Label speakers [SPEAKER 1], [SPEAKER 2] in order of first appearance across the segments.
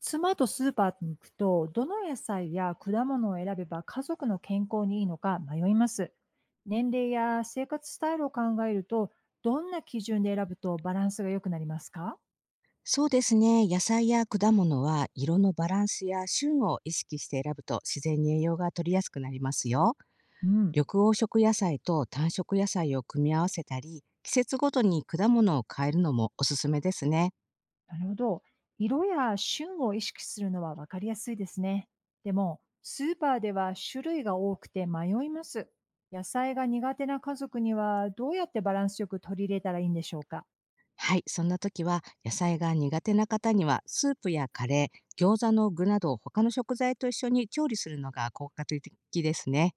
[SPEAKER 1] 妻とスーパーに行くと、どの野菜や果物を選べば家族の健康にいいのか迷います。年齢や生活スタイルを考えると、どんな基準で選ぶとバランスが良くなりますか？
[SPEAKER 2] そうですね。野菜や果物は色のバランスや旬を意識して選ぶと自然に栄養が取りやすくなりますよ。
[SPEAKER 1] うん、
[SPEAKER 2] 緑黄色野菜と単色野菜を組み合わせたり、季節ごとに果物を変えるのもおすすめですね。
[SPEAKER 1] なるほど。色や旬を意識するのは分かりやすいですね。でも、スーパーでは種類が多くて迷います。野菜が苦手な家族にはどうやってバランスよく取り入れたらいいんでしょうか？
[SPEAKER 2] はい、そんな時は野菜が苦手な方にはスープやカレー、餃子の具など他の食材と一緒に調理するのが効果的ですね。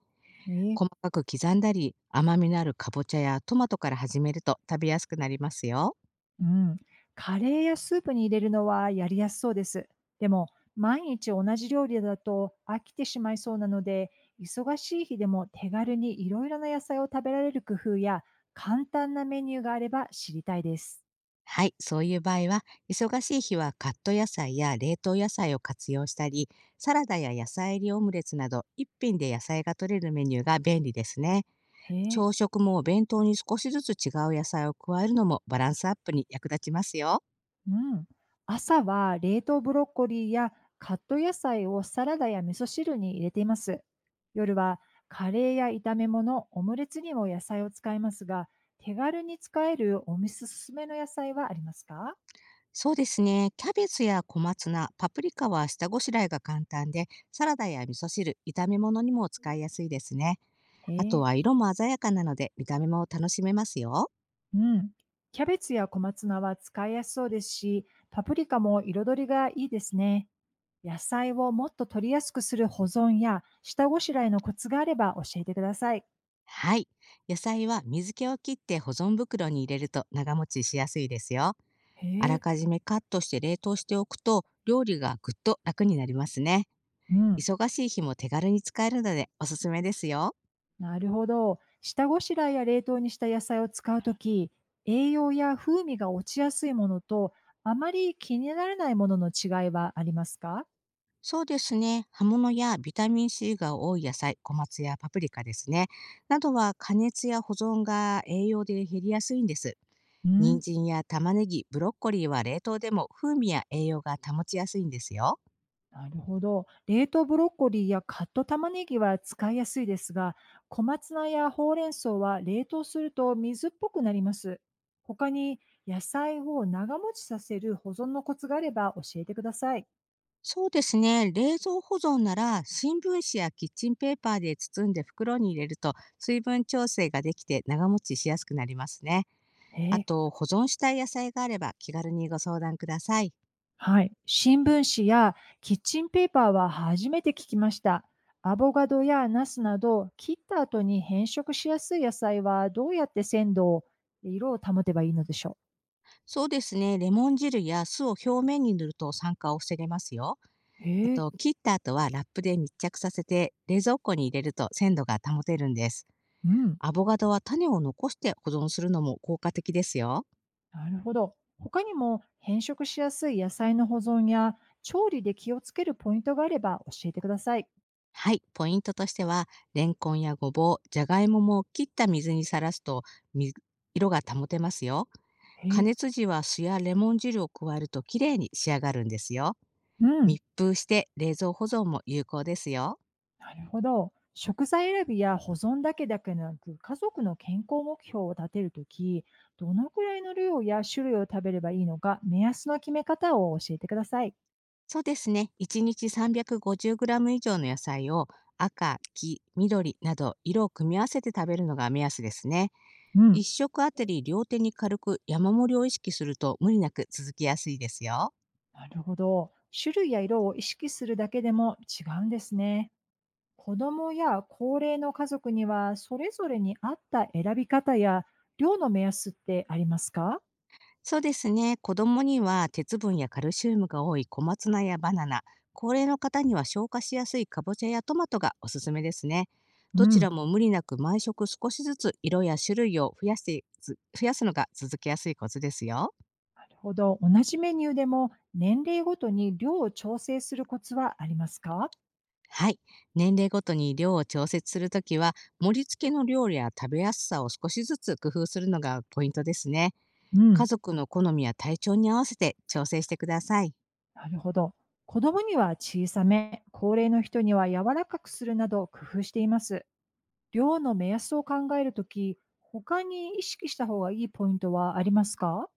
[SPEAKER 1] ええ。
[SPEAKER 2] 細かく刻んだり、甘みのあるかぼちゃやトマトから始めると食べやすくなりますよ。
[SPEAKER 1] うん、カレーやスープに入れるのはやりやすそうです。でも、毎日同じ料理だと飽きてしまいそうなので、忙しい日でも手軽にいろいろな野菜を食べられる工夫や簡単なメニューがあれば知りたいです。
[SPEAKER 2] はい、そういう場合は、忙しい日はカット野菜や冷凍野菜を活用したり、サラダや野菜入りオムレツなど、一品で野菜が取れるメニューが便利ですね。
[SPEAKER 1] へえ。
[SPEAKER 2] 朝食もお弁当に少しずつ違う野菜を加えるのもバランスアップに役立ちますよ。
[SPEAKER 1] うん。朝は冷凍ブロッコリーやカット野菜をサラダや味噌汁に入れています。夜はカレーや炒め物、オムレツにも野菜を使いますが、手軽に使えるお店おすすめの野菜はありますか？
[SPEAKER 2] そうですね。キャベツや小松菜、パプリカは下ごしらえが簡単で、サラダや味噌汁、炒め物にも使いやすいですね。
[SPEAKER 1] へ
[SPEAKER 2] あと
[SPEAKER 1] え、
[SPEAKER 2] は色も鮮やかなので、見た目も楽しめますよ。
[SPEAKER 1] うん。キャベツや小松菜は使いやすそうですし、パプリカも彩りがいいですね。野菜をもっと取りやすくする保存や下ごしらえのコツがあれば教えてください。
[SPEAKER 2] はい。野菜は水気を切って保存袋に入れると長持ちしやすいですよ。
[SPEAKER 1] へ
[SPEAKER 2] あら
[SPEAKER 1] え、
[SPEAKER 2] かじめカットして冷凍しておくと料理がぐっと楽になりますね。
[SPEAKER 1] うん。
[SPEAKER 2] 忙しい日も手軽に使えるのでおすすめですよ。
[SPEAKER 1] なるほど。下ごしらえや冷凍にした野菜を使うとき、栄養や風味が落ちやすいものと、あまり気にならないものの違いはありますか？
[SPEAKER 2] そうですね。葉物やビタミン C が多い野菜、小松やパプリカですね。などは加熱や保存が栄養で減りやすいんです。
[SPEAKER 1] う
[SPEAKER 2] 人
[SPEAKER 1] ん、
[SPEAKER 2] 参や玉ねぎ、ブロッコリーは冷凍でも風味や栄養が保ちやすいんですよ。
[SPEAKER 1] なるほど。冷凍ブロッコリーやカット玉ねぎは使いやすいですが、小松菜やほうれん草は冷凍すると水っぽくなります。他に野菜を長持ちさせる保存のコツがあれば教えてください。
[SPEAKER 2] そうですね。冷蔵保存なら新聞紙やキッチンペーパーで包んで袋に入れると水分調整ができて長持ちしやすくなりますね。
[SPEAKER 1] え
[SPEAKER 2] あ
[SPEAKER 1] ー
[SPEAKER 2] と保存したい野菜があれば気軽にご相談ください。
[SPEAKER 1] はい。新聞紙やキッチンペーパーは初めて聞きました。アボカドやナスなど、切った後に変色しやすい野菜はどうやって鮮度を、色を保てばいいのでしょ
[SPEAKER 2] そうですね。レモン汁や酢を表面に塗ると酸化を防げますよ。
[SPEAKER 1] う。
[SPEAKER 2] あ
[SPEAKER 1] へえ、
[SPEAKER 2] と切った後はラップで密着させて冷蔵庫に入れると鮮度が保てるんです。
[SPEAKER 1] うん、
[SPEAKER 2] アボカドは種を残して保存するのも効果的ですよ。
[SPEAKER 1] なるほど。他にも変色しやすい野菜の保存や調理で気をつけるポイントがあれば教えてください。
[SPEAKER 2] はい、ポイントとしては、レンコンやごぼう、じゃがいもも切った水にさらすと、み色が保てますよ。
[SPEAKER 1] へ
[SPEAKER 2] 加
[SPEAKER 1] え、
[SPEAKER 2] 熱時は酢やレモン汁を加えるときれいに仕上がるんですよ。
[SPEAKER 1] うん。
[SPEAKER 2] 密封して冷蔵保存も有効ですよ。
[SPEAKER 1] なるほど。食材選びや保存だけだけでなく、家族の健康目標を立てるとき、どのくらいの量や種類を食べればいいのか、目安の決め方を教えてください。
[SPEAKER 2] そうですね。1日 350g 以上の野菜を赤、黄、緑など色を組み合わせて食べるのが目安ですね。
[SPEAKER 1] う
[SPEAKER 2] 1
[SPEAKER 1] ん。
[SPEAKER 2] 食あたり両手に軽く山盛りを意識すると無理なく続きやすいですよ。
[SPEAKER 1] なるほど。種類や色を意識するだけでも違うんですね。子供や高齢の家族には、それぞれに合った選び方や量の目安ってありますか？
[SPEAKER 2] そうですね。子供には鉄分やカルシウムが多い小松菜やバナナ、高齢の方には消化しやすいかぼちゃやトマトがおすすめですね。
[SPEAKER 1] う
[SPEAKER 2] どちら
[SPEAKER 1] ん。
[SPEAKER 2] も無理なく毎食少しずつ色や種類を増やしてず増やすのが続けやすいコツですよ。
[SPEAKER 1] なるほど。同じメニューでも、年齢ごとに量を調整するコツはありますか？
[SPEAKER 2] はい。年齢ごとに量を調節するときは、盛り付けの量や食べやすさを少しずつ工夫するのがポイントですね。
[SPEAKER 1] う
[SPEAKER 2] 家
[SPEAKER 1] ん。
[SPEAKER 2] 族の好みや体調に合わせて調整してください。
[SPEAKER 1] なるほど。子供には小さめ、高齢の人には柔らかくするなど工夫しています。量の目安を考えるとき、他に意識した方がいいポイントはありますか？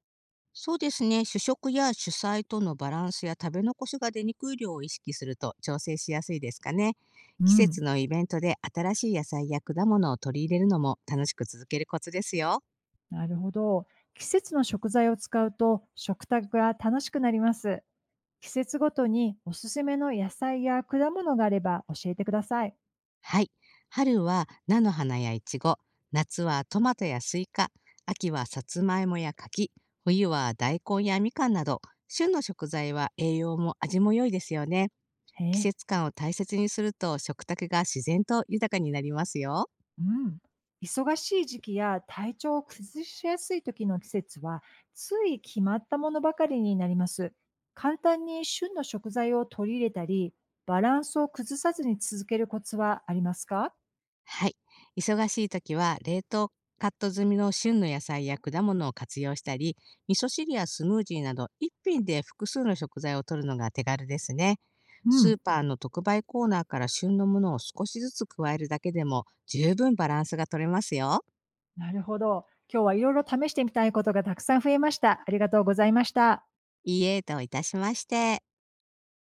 [SPEAKER 2] そうですね。主食や主菜とのバランスや食べ残しが出にくい量を意識すると調整しやすいですかね。
[SPEAKER 1] う
[SPEAKER 2] 季節
[SPEAKER 1] ん、
[SPEAKER 2] のイベントで新しい野菜や果物を取り入れるのも楽しく続けるコツですよ。
[SPEAKER 1] なるほど。季節の食材を使うと食卓が楽しくなります。季節ごとにおすすめの野菜や果物があれば教えてください。
[SPEAKER 2] はい。春は菜の花やイチゴ、夏はトマトやスイカ、秋はさつまいもや柿、冬は大根やみかんなど、旬の食材は栄養も味も良いですよね。
[SPEAKER 1] へ
[SPEAKER 2] 季
[SPEAKER 1] え。
[SPEAKER 2] 節感を大切にすると食卓が自然と豊かになりますよ。
[SPEAKER 1] うん。忙しい時期や体調を崩しやすい時の季節は、つい決まったものばかりになります。簡単に旬の食材を取り入れたり、バランスを崩さずに続けるコツはありますか？
[SPEAKER 2] はい。忙しい時は冷凍カット済みの旬の野菜や果物を活用したり、味噌汁やスムージーなど一品で複数の食材を取るのが手軽ですね。
[SPEAKER 1] う
[SPEAKER 2] ス
[SPEAKER 1] ん。
[SPEAKER 2] ーパーの特売コーナーから旬のものを少しずつ加えるだけでも十分バランスが取れますよ。
[SPEAKER 1] なるほど。今日はいろいろ試してみたいことがたくさん増えました。ありがとうございました。
[SPEAKER 2] いいえといたしまして。